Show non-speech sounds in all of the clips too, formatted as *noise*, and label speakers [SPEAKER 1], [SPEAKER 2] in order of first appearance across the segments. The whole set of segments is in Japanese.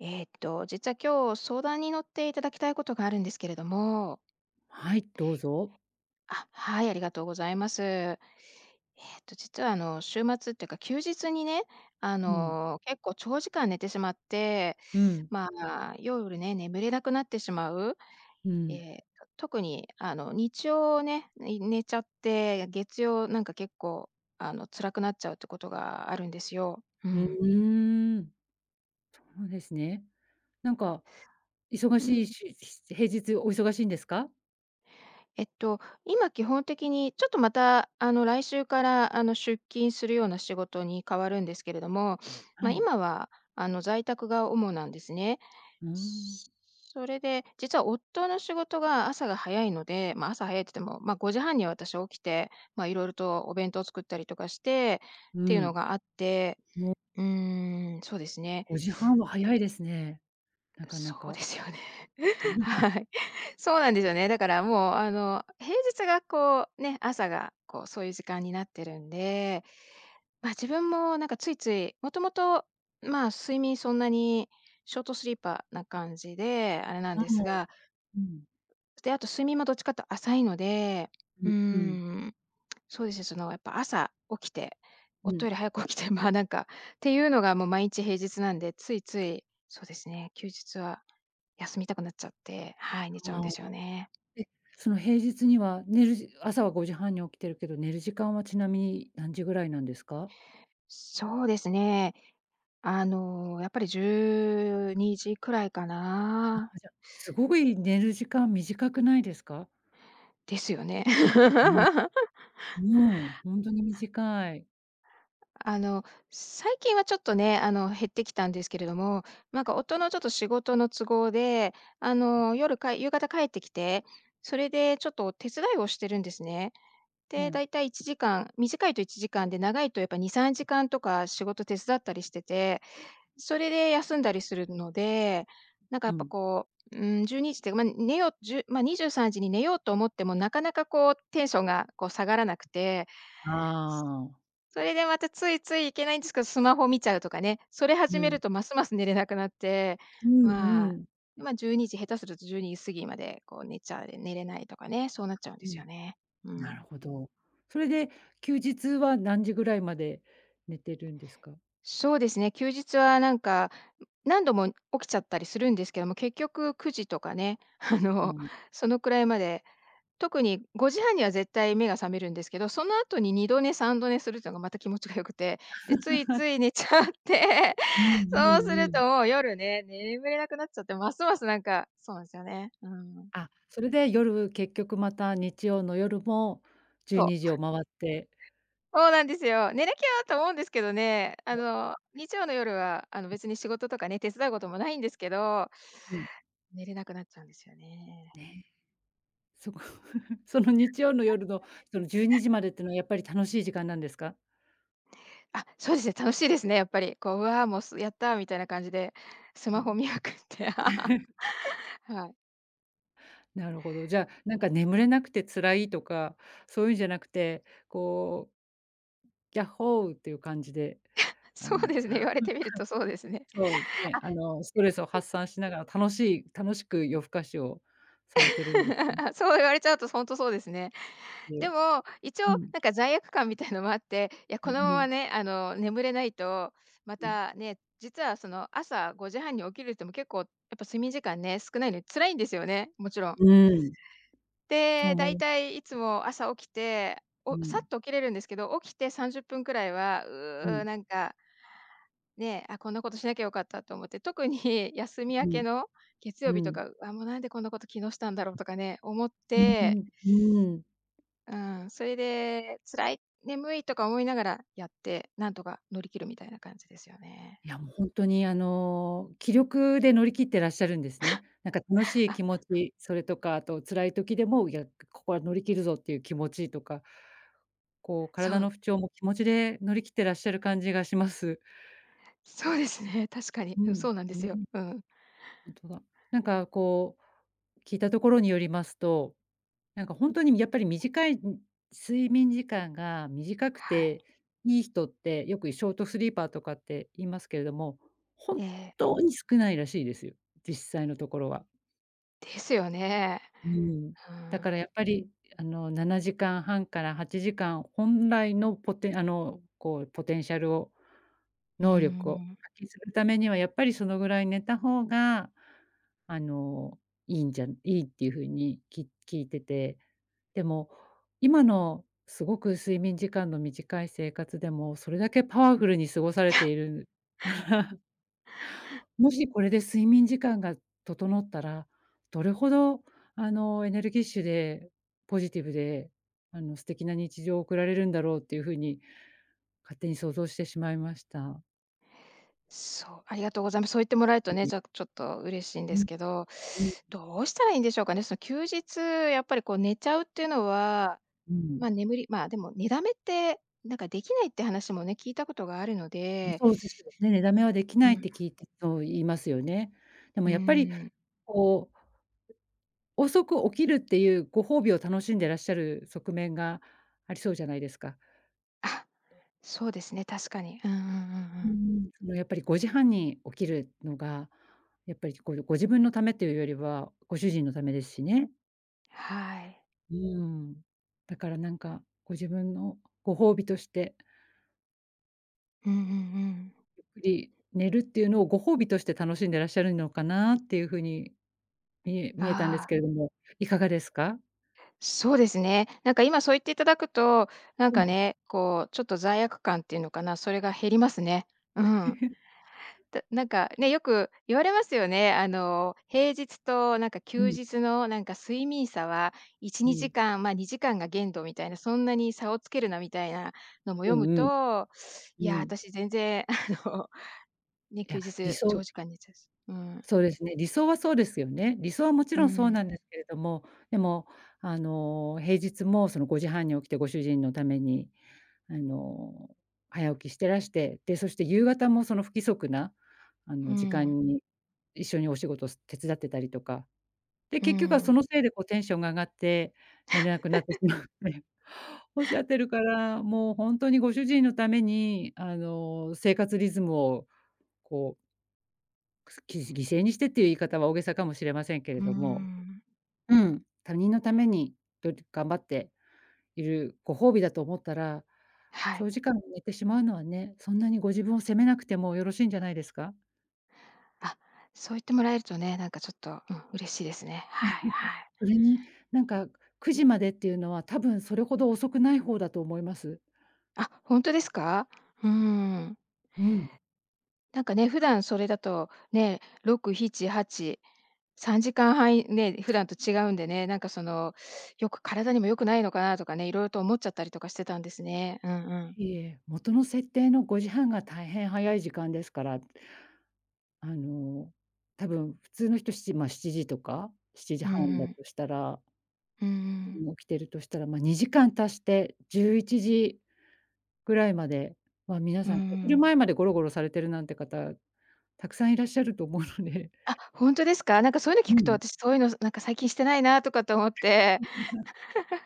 [SPEAKER 1] 実は今日相談に乗っていただきたいことがあるんですけれども。
[SPEAKER 2] はい、どうぞ。
[SPEAKER 1] あ、はい、ありがとうございます。実は週末っていうか休日にね、
[SPEAKER 2] うん、
[SPEAKER 1] 結構長時間寝てしまって、
[SPEAKER 2] うん、
[SPEAKER 1] ま夜ね、眠れなくなってしまう。
[SPEAKER 2] うん。
[SPEAKER 1] え特に日曜ね、寝ちゃって、月曜なんか結構辛くなっちゃうってことがあるんですよ。う
[SPEAKER 2] う
[SPEAKER 1] ん。
[SPEAKER 2] ーん。そうですね。なんか、忙
[SPEAKER 1] う
[SPEAKER 2] しい
[SPEAKER 1] ん。
[SPEAKER 2] しし平日お忙しいんですか？
[SPEAKER 1] 今基本的にちょっとまた、来週から出勤するような仕事に変わるんですけれども、
[SPEAKER 2] はい。
[SPEAKER 1] 今は在宅が主なんですね。
[SPEAKER 2] うーん。
[SPEAKER 1] それで、実は夫の仕事が朝が早いので、朝早いって言っても、5時半には私起きて、いろいろとお弁当を作ったりとかしてっ
[SPEAKER 2] う
[SPEAKER 1] ていう
[SPEAKER 2] ん、
[SPEAKER 1] のがあって、
[SPEAKER 2] もう
[SPEAKER 1] うーん、そうですね。
[SPEAKER 2] 5時半は早いですね、なかな
[SPEAKER 1] そう
[SPEAKER 2] か。
[SPEAKER 1] ですよね。*laughs* は
[SPEAKER 2] *laughs*
[SPEAKER 1] い。そうなんですよね。だからもう、平日がこう、ね、朝がこう、そういう時間になってるんで、自分もなんかついつい、もともと、睡眠そんなにショートスリーパーな感じで、あれなん
[SPEAKER 2] ああ、
[SPEAKER 1] ですが、
[SPEAKER 2] うん、
[SPEAKER 1] で、あと睡眠もどっちかっいうと浅いので、
[SPEAKER 2] う
[SPEAKER 1] う
[SPEAKER 2] ん
[SPEAKER 1] ー
[SPEAKER 2] うん、
[SPEAKER 1] ん、そうですね、やっぱ朝起きて、
[SPEAKER 2] う
[SPEAKER 1] 夫
[SPEAKER 2] ん。
[SPEAKER 1] より早く起きて、*laughs* なんかっていうのがもう毎日平日なんで、ついつい、そうですね、休日は休みたくなっちゃって、はい、寝ちゃうん
[SPEAKER 2] あ
[SPEAKER 1] で
[SPEAKER 2] あ。
[SPEAKER 1] すよね。
[SPEAKER 2] え、その平日には寝るじ朝は5時半に起きてるけど、寝る時間はちなみに何時ぐらいなんですか？
[SPEAKER 1] そうですね。やっぱり12時くらいかな。
[SPEAKER 2] あ、じゃ、すごい寝る時間短くないですか？
[SPEAKER 1] ですよね。
[SPEAKER 2] うん。
[SPEAKER 1] *laughs*
[SPEAKER 2] うん、ほんとに短い。
[SPEAKER 1] あの、最近はちょっとね、減ってきたんですけれども、なんか夫のちょっと仕事の都合で、夜か夕方帰ってきて、それでちょっと手伝いをしてるんですね。
[SPEAKER 2] う
[SPEAKER 1] で、だ
[SPEAKER 2] ん、
[SPEAKER 1] いたい1時間、短いと1時間で、長いとやっぱ2、3時間とか仕事手伝ったりしてて、それで休んだりするので、なんかや
[SPEAKER 2] う
[SPEAKER 1] っぱ
[SPEAKER 2] ん。
[SPEAKER 1] こう、12時って、まあ、寝よう、10まあ、23時に寝ようと思っても、なかなかこうテンションがこう下がらなくて、
[SPEAKER 2] ああ。
[SPEAKER 1] それでまたついついいけないんですけど、スマホ見ちゃうとかね、それ
[SPEAKER 2] う
[SPEAKER 1] 始める
[SPEAKER 2] ん。
[SPEAKER 1] とますます寝れなくなって、
[SPEAKER 2] うんう
[SPEAKER 1] まあ、
[SPEAKER 2] ん。
[SPEAKER 1] 12時、下手すると12時過ぎまでこう寝ちゃうで寝れないとかね、そうなっちゃうん
[SPEAKER 2] う
[SPEAKER 1] です
[SPEAKER 2] ん、
[SPEAKER 1] よね。う
[SPEAKER 2] な
[SPEAKER 1] ん。
[SPEAKER 2] るほど。それで休日は何時ぐらいまで寝てるんですか？
[SPEAKER 1] そうですね、休日はなんか、何度も起きちゃったりするんですけども、結局9時とかね、*laughs*
[SPEAKER 2] あん
[SPEAKER 1] そのくらいまで、特に5時半には絶対目が覚めるんですけど、その後に2度寝3度寝するっていうのがまた気持ちが良くて、で、ついつい寝ちゃって、
[SPEAKER 2] うんう
[SPEAKER 1] そうす
[SPEAKER 2] ん
[SPEAKER 1] る
[SPEAKER 2] う
[SPEAKER 1] と
[SPEAKER 2] ん。
[SPEAKER 1] もう夜ね、眠れなくなっちゃって、ますますなんかそうなんですよね。うん。
[SPEAKER 2] あ、それで夜、結局また日曜の夜も12
[SPEAKER 1] そ
[SPEAKER 2] 時
[SPEAKER 1] う、
[SPEAKER 2] を回って、
[SPEAKER 1] そうなんですよ。寝なきゃと思うんですけどね、日曜の夜は、別に仕事とかね、手伝うこともないんですけど、
[SPEAKER 2] うん、
[SPEAKER 1] 寝れなくなっちゃうんですよね。
[SPEAKER 2] ね、そこ *laughs* その日曜の夜のその12時までってのはやっぱり楽しい時間なんですか？
[SPEAKER 1] あ、そうですね、楽しいですね、やっぱり。こう、うわ、もう、すやったみたいな感じで、ス
[SPEAKER 2] う
[SPEAKER 1] マ
[SPEAKER 2] ん。
[SPEAKER 1] ホ見まくって。*laughs* はい。
[SPEAKER 2] なるほど。じゃあ、なんか眠れなくて辛いとか、そういうんじゃなくて、こう、ギャッホーっていう感じで、あ
[SPEAKER 1] そう
[SPEAKER 2] の、
[SPEAKER 1] ですね、言われ
[SPEAKER 2] *laughs*
[SPEAKER 1] てみるとそうですね。
[SPEAKER 2] そうですね、
[SPEAKER 1] あ、
[SPEAKER 2] あの、ストレスを発散しながら楽しく夜更かしをされてるんですね。
[SPEAKER 1] *laughs* そう言われちゃうとほんとそうですね。で
[SPEAKER 2] で
[SPEAKER 1] も、一
[SPEAKER 2] う
[SPEAKER 1] 応
[SPEAKER 2] ん。
[SPEAKER 1] なんか罪悪感みたいのもあって、いや、
[SPEAKER 2] う
[SPEAKER 1] この
[SPEAKER 2] んう
[SPEAKER 1] ま
[SPEAKER 2] ん。
[SPEAKER 1] まね、眠れないと、ま
[SPEAKER 2] うん。
[SPEAKER 1] たね、実はその朝5時半に起きるっても結構やっぱ睡眠時間ね、少ないのに辛いんですよね、もちろん。
[SPEAKER 2] うん、そう
[SPEAKER 1] で、
[SPEAKER 2] 思
[SPEAKER 1] だ
[SPEAKER 2] い
[SPEAKER 1] い
[SPEAKER 2] ま
[SPEAKER 1] た
[SPEAKER 2] す。
[SPEAKER 1] いいつも朝起きて、
[SPEAKER 2] う
[SPEAKER 1] さ
[SPEAKER 2] ん。
[SPEAKER 1] っと起きれるんですけど、起きて30分くらいは、
[SPEAKER 2] うん。
[SPEAKER 1] なんか、ね、あ、こんなことしなきゃよかったと思って、特に *laughs* 休み
[SPEAKER 2] う
[SPEAKER 1] 明
[SPEAKER 2] ん。
[SPEAKER 1] けの月
[SPEAKER 2] う
[SPEAKER 1] 曜日と
[SPEAKER 2] ん。
[SPEAKER 1] か、あ、もうなんでこんなこと昨日したんだろうとかね、思っ
[SPEAKER 2] う
[SPEAKER 1] て、
[SPEAKER 2] ん。うん。
[SPEAKER 1] うん、それで辛い、眠いとか思いながらやって、なんとか乗り切るみたいな感じですよね。
[SPEAKER 2] いや、もう本当にあの、気力で乗り切ってらっしゃるんですね。なんか楽しい気持
[SPEAKER 1] あ、
[SPEAKER 2] ち、それとか、あと辛い時でも、いや、ここは乗り切るぞっていう気持ちとか、こう体
[SPEAKER 1] そ
[SPEAKER 2] の
[SPEAKER 1] う、
[SPEAKER 2] 不調も気持ちで乗り切ってらっしゃる感じがします。
[SPEAKER 1] そうですね、確かに、
[SPEAKER 2] う
[SPEAKER 1] うん、
[SPEAKER 2] ん、
[SPEAKER 1] そうなんで
[SPEAKER 2] う
[SPEAKER 1] すよ。
[SPEAKER 2] ん、
[SPEAKER 1] うん。
[SPEAKER 2] 本当だ。なんかこう、聞いたところによりますと、なんか本当にやっぱり短い、睡眠時間が短く
[SPEAKER 1] は
[SPEAKER 2] て
[SPEAKER 1] い。
[SPEAKER 2] いい人って、よくショートスリーパーとかって言いますけれども、本
[SPEAKER 1] え
[SPEAKER 2] 当に少ないらしいですよ、実際のところは。
[SPEAKER 1] ですよね。
[SPEAKER 2] うん。
[SPEAKER 1] う
[SPEAKER 2] だか
[SPEAKER 1] ん。
[SPEAKER 2] らやっぱり、あの、7時間半から8時間、本来のポテあの、こうポテンシャルを、
[SPEAKER 1] うー
[SPEAKER 2] 能力を
[SPEAKER 1] ん。
[SPEAKER 2] 発揮するためには、やっぱりそのぐらい寝た方が、あの、いいんじゃいいっていう風に聞いてて、でも、今のすごく睡眠時間の短い生活でも、それだけパワフルに過ごされているから、*laughs* もしこれで睡眠時間が整ったら、どれほどあの、エネルギッシュで、ポジティブで、あの、素敵な日常を送られるんだろうっていうふうに、勝手に想像してしまいました。
[SPEAKER 1] そう、ありがとうございます。そう言ってもらえると
[SPEAKER 2] え
[SPEAKER 1] ね、
[SPEAKER 2] え、
[SPEAKER 1] じゃあ、ちょっと嬉しいんで
[SPEAKER 2] うん、
[SPEAKER 1] すけど、
[SPEAKER 2] うん。
[SPEAKER 1] どうしたらいいんでしょうかね。その休日、やっぱりこう寝ちゃうっていうのは、
[SPEAKER 2] う
[SPEAKER 1] まあ、
[SPEAKER 2] ん。
[SPEAKER 1] 眠りまあ、でも寝だめって、なんかできないって話もね、聞いたことがあるので、
[SPEAKER 2] そうですね、寝だめはでき
[SPEAKER 1] う
[SPEAKER 2] ないっ
[SPEAKER 1] ん、
[SPEAKER 2] て聞いて、そう言いますよね。でも
[SPEAKER 1] うー
[SPEAKER 2] やっぱり
[SPEAKER 1] ん。
[SPEAKER 2] こう遅く起きるっていうご褒美を楽しんでらっしゃる側面がありそうじゃないですか。
[SPEAKER 1] あ、そうですね、確かに。うんうんうんう
[SPEAKER 2] う
[SPEAKER 1] ん。
[SPEAKER 2] ん。そのやっぱり5時半に起きるのが、やっぱりこうご自分のためというよりは、ご主人のためですしね。
[SPEAKER 1] はい。
[SPEAKER 2] うん。だからなんか、ご自分のご褒美として、
[SPEAKER 1] うんうんうん。
[SPEAKER 2] ゆっくり寝るっていうのをご褒美として楽しんでらっしゃるのかなっていう風に見えたんです
[SPEAKER 1] ああ、
[SPEAKER 2] けれども、いかがですか？
[SPEAKER 1] そうですね。なんか今そう言っていただくと、なん
[SPEAKER 2] うん。
[SPEAKER 1] かね、こうちょっと罪悪感っていうのかな、それが減りますね。うん。
[SPEAKER 2] *laughs*
[SPEAKER 1] だなんかね、よく言われますよね。平日となんか
[SPEAKER 2] う
[SPEAKER 1] 休
[SPEAKER 2] ん、
[SPEAKER 1] 日のなんか睡眠差は1、
[SPEAKER 2] う
[SPEAKER 1] 2
[SPEAKER 2] ん。
[SPEAKER 1] 時間、2時間が限度みたいな、そんなに差をつけるなみたいなのも
[SPEAKER 2] う
[SPEAKER 1] 読
[SPEAKER 2] ん
[SPEAKER 1] む
[SPEAKER 2] うん。
[SPEAKER 1] と、い
[SPEAKER 2] う
[SPEAKER 1] や、
[SPEAKER 2] ん。
[SPEAKER 1] 私全然のね、
[SPEAKER 2] い
[SPEAKER 1] 休
[SPEAKER 2] や、
[SPEAKER 1] 日、長時間寝ちゃうし。うん、
[SPEAKER 2] そうですね、理想はそうですよね。理想はもち
[SPEAKER 1] う
[SPEAKER 2] ろんそうな
[SPEAKER 1] ん、
[SPEAKER 2] んですけれども、でも、あの、平日もその5時半に起きてご主人のために、あの、早起きしてらして、で、そして夕方もその不規則な、あ
[SPEAKER 1] う
[SPEAKER 2] の、時
[SPEAKER 1] ん、
[SPEAKER 2] 間に一緒にお仕事す手伝ってたりとか、で、
[SPEAKER 1] う
[SPEAKER 2] 結局はそ
[SPEAKER 1] ん、
[SPEAKER 2] のせいでこうテンションが上がって寝れなくなってしまうって *laughs* おっしゃってるから、もう本当にご主人のために、あの、生活リズムをこうくすき犠牲にしてっていう言い方は大げさかもしれませんけれ
[SPEAKER 1] うー
[SPEAKER 2] ども、
[SPEAKER 1] ん。
[SPEAKER 2] うん。他人のために頑張っているご褒美だと思ったら、
[SPEAKER 1] はい。
[SPEAKER 2] 長時間寝てしまうのはね、そんなにご自分を責めなくてもよろしいんじゃないですか？
[SPEAKER 1] あ、そう言ってもらえるとね、なんかちょっと、うん、嬉しいですね。はいはい。
[SPEAKER 2] それに、なんか9時までっていうのは多分それほど遅くない方だと思います。
[SPEAKER 1] あ、ほんとですか？うーん。
[SPEAKER 2] うん。
[SPEAKER 1] なんかね、普段それだと、ね、6、7、8、3時間半ね、普段と違うんでね、よく体にも良くないのかなとかね、色々と思っちゃったりとかしてたんですね。うんうん。
[SPEAKER 2] いいえ、元の設定の5時半が大変早い時間ですから、あの、多分普通の人しちまあ、7時とか、7
[SPEAKER 1] うん
[SPEAKER 2] 時
[SPEAKER 1] う
[SPEAKER 2] 半だ
[SPEAKER 1] ん。
[SPEAKER 2] としたら
[SPEAKER 1] うんうん。
[SPEAKER 2] もう起きてるとしたら、まあ、2時間足して11時ぐらいまで、まあ、皆
[SPEAKER 1] うんう
[SPEAKER 2] さんお昼
[SPEAKER 1] ん。
[SPEAKER 2] 前までゴロゴロされてるなんて方、たくさんいらっしゃると思うので。
[SPEAKER 1] あ、ほんとですか？なんかそういうの
[SPEAKER 2] う
[SPEAKER 1] 聞くと、
[SPEAKER 2] ん。
[SPEAKER 1] 私そういうの、なんか最近してないなとかと思って、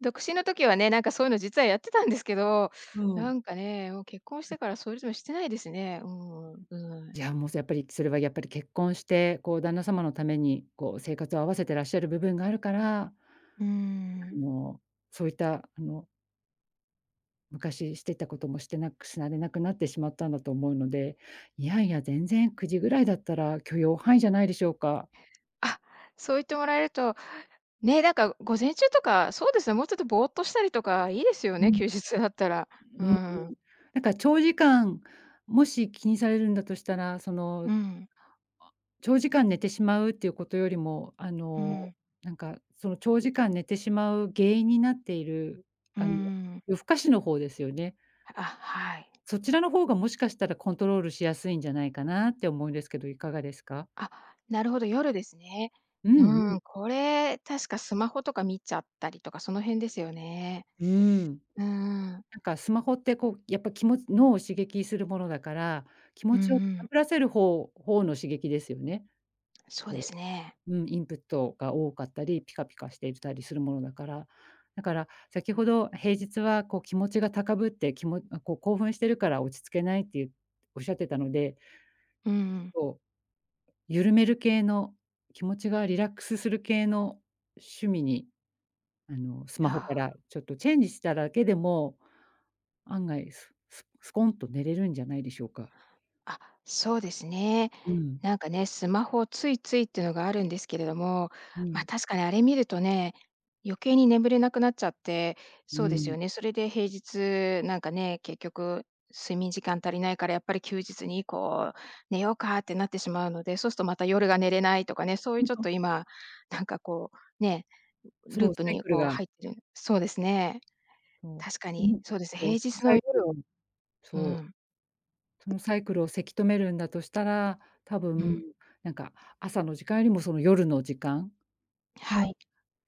[SPEAKER 1] 独身の時はね、なんかそういうの実はやってたんですけど、
[SPEAKER 2] うん。
[SPEAKER 1] なんかね、もう結婚してからそういうのしてないですね。うんうん、う
[SPEAKER 2] い
[SPEAKER 1] ん。
[SPEAKER 2] や、もう、そ、やっぱり、それはやっぱり結婚して、こう旦那様のために、こう生活を合わせてらっしゃる部分があるから、
[SPEAKER 1] ー
[SPEAKER 2] あ
[SPEAKER 1] ん。
[SPEAKER 2] の、そういった、あの、昔してたこともしてなくなってしまったんだと思うので、いやいや、全然9時ぐらいだったら許容範囲じゃないでしょうか。
[SPEAKER 1] あ、そう言ってもらえると、ね、なんか午前中とか、そうですね、もうちょっとぼーっとしたりとかいいですよ
[SPEAKER 2] う
[SPEAKER 1] ね、
[SPEAKER 2] ん。
[SPEAKER 1] 休日だったら。う
[SPEAKER 2] うん、
[SPEAKER 1] ん。
[SPEAKER 2] なんか長時間、もし気にされるんだとしたら、その
[SPEAKER 1] うん。
[SPEAKER 2] 長時間寝てしまうっていうことよりも、あ
[SPEAKER 1] うん、う
[SPEAKER 2] の、
[SPEAKER 1] ん、
[SPEAKER 2] なんかその長時間寝てしまう原因になっている、
[SPEAKER 1] うー
[SPEAKER 2] あの、
[SPEAKER 1] ん。
[SPEAKER 2] 夜更かしの方ですよね。
[SPEAKER 1] あ、はい。
[SPEAKER 2] そちらの方がもしかしたらコントロールしやすいんじゃないかなって思うんですけど、いかがですか？
[SPEAKER 1] あ、なるほど、夜ですね。
[SPEAKER 2] うんう
[SPEAKER 1] う
[SPEAKER 2] ん。
[SPEAKER 1] ん、これ、確かスマホとか見ちゃったりとか、その辺ですよね。
[SPEAKER 2] うん。
[SPEAKER 1] うんうん。
[SPEAKER 2] なんかスマホってこう、やっぱ気持ち脳を刺激するものだから、気
[SPEAKER 1] う
[SPEAKER 2] 持
[SPEAKER 1] んう
[SPEAKER 2] ちを高
[SPEAKER 1] ん。
[SPEAKER 2] ぶらせる方の刺激ですよね。
[SPEAKER 1] そうですね。
[SPEAKER 2] うん、インプットが多かったり、ピカピカしていたりするものだから。だから、先ほど平日はこう気持ちが高ぶって、きもあ、こう興奮してるから落ち着けないっていうおっしゃってたので、
[SPEAKER 1] うんうん。
[SPEAKER 2] こう緩める系の、気持ちがリラックスする系の趣味に、あの、ス
[SPEAKER 1] い
[SPEAKER 2] マホか
[SPEAKER 1] や
[SPEAKER 2] らちょっとチェンジしただけでも、案外スコンと寝れるんじゃないでしょうか。
[SPEAKER 1] あ、そうですね。
[SPEAKER 2] うん、
[SPEAKER 1] なんかね、スマホついついっていうのがあるんですけれども、
[SPEAKER 2] うん、
[SPEAKER 1] 確かにあれ見るとね、余計に眠れなくなっちゃって、
[SPEAKER 2] う
[SPEAKER 1] そうです
[SPEAKER 2] ん。
[SPEAKER 1] よね、それで平日なんかね、結局睡眠時間足りないからやっぱり休日にこう、寝ようかってなってしまうので、そうするとまた夜が寝れないとかね、そういうちょっと今、なんかこう、ね、
[SPEAKER 2] そ
[SPEAKER 1] ルー
[SPEAKER 2] う、
[SPEAKER 1] プ
[SPEAKER 2] サイ
[SPEAKER 1] に
[SPEAKER 2] クル
[SPEAKER 1] こう
[SPEAKER 2] が
[SPEAKER 1] 入ってるそうですね。
[SPEAKER 2] そ
[SPEAKER 1] 確か
[SPEAKER 2] う、う
[SPEAKER 1] に、
[SPEAKER 2] ん、
[SPEAKER 1] そうです。
[SPEAKER 2] そ
[SPEAKER 1] 平
[SPEAKER 2] う、
[SPEAKER 1] 日
[SPEAKER 2] サ
[SPEAKER 1] の
[SPEAKER 2] イク
[SPEAKER 1] 夜を、
[SPEAKER 2] ル
[SPEAKER 1] う
[SPEAKER 2] そう。
[SPEAKER 1] ん、
[SPEAKER 2] そのサイクルをせき止めるんだとしたら、多
[SPEAKER 1] う
[SPEAKER 2] 分、
[SPEAKER 1] ん、
[SPEAKER 2] なんか朝の時間よりもその夜の時間が
[SPEAKER 1] はい。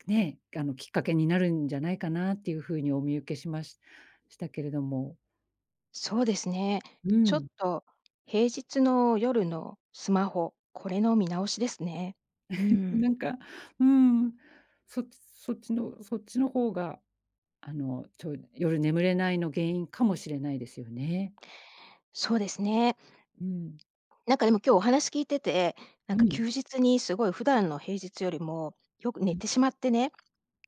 [SPEAKER 2] ね、あの、きっかけになるんじゃないかなっていう風にお見受けしまししたけれども、
[SPEAKER 1] そうですね。
[SPEAKER 2] う
[SPEAKER 1] ちょっ
[SPEAKER 2] ん。
[SPEAKER 1] と平日の夜のスマホ、これの見直しですね。う
[SPEAKER 2] な
[SPEAKER 1] ん。
[SPEAKER 2] んか、うん、そっちの方が、あの、夜眠れないの原因かもしれないですよね。
[SPEAKER 1] そうですね。
[SPEAKER 2] うん。
[SPEAKER 1] なんかでも今日お話聞いてて、なん
[SPEAKER 2] う
[SPEAKER 1] か
[SPEAKER 2] ん。
[SPEAKER 1] 休日にすごい普段の平日よりもよく
[SPEAKER 2] う
[SPEAKER 1] 寝
[SPEAKER 2] ん。
[SPEAKER 1] てしまってねっ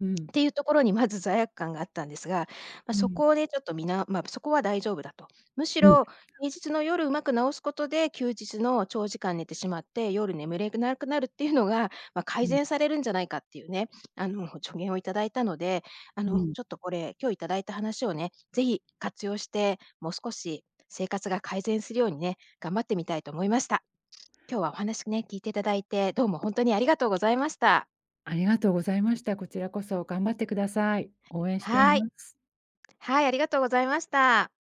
[SPEAKER 2] うん。
[SPEAKER 1] ていうところにまず罪悪感があったんですが、まあ、
[SPEAKER 2] う
[SPEAKER 1] そ
[SPEAKER 2] ん。
[SPEAKER 1] こでちょっとみなまあ、そこは大丈夫だと。むしろ平日の夜うまく直すことで、休日の長時間寝てしまって、夜眠れなくなるっていうのが、
[SPEAKER 2] う
[SPEAKER 1] 改
[SPEAKER 2] ん。
[SPEAKER 1] 善されるんじゃないかっていうね、*laughs* 助言をいただいたので、
[SPEAKER 2] うん。
[SPEAKER 1] ちょっとこれ、今日いただいた話をね、ぜひ活用して、もう少し生活が改善するようにね、頑張ってみたいと思いました。今日はお話ね、聞いていただいて、どうも本当にありがとうございました。
[SPEAKER 2] ありがとうございました。こちらこそ頑張ってください。応援してい
[SPEAKER 1] はい。
[SPEAKER 2] ます。
[SPEAKER 1] はい、ありがとうございました。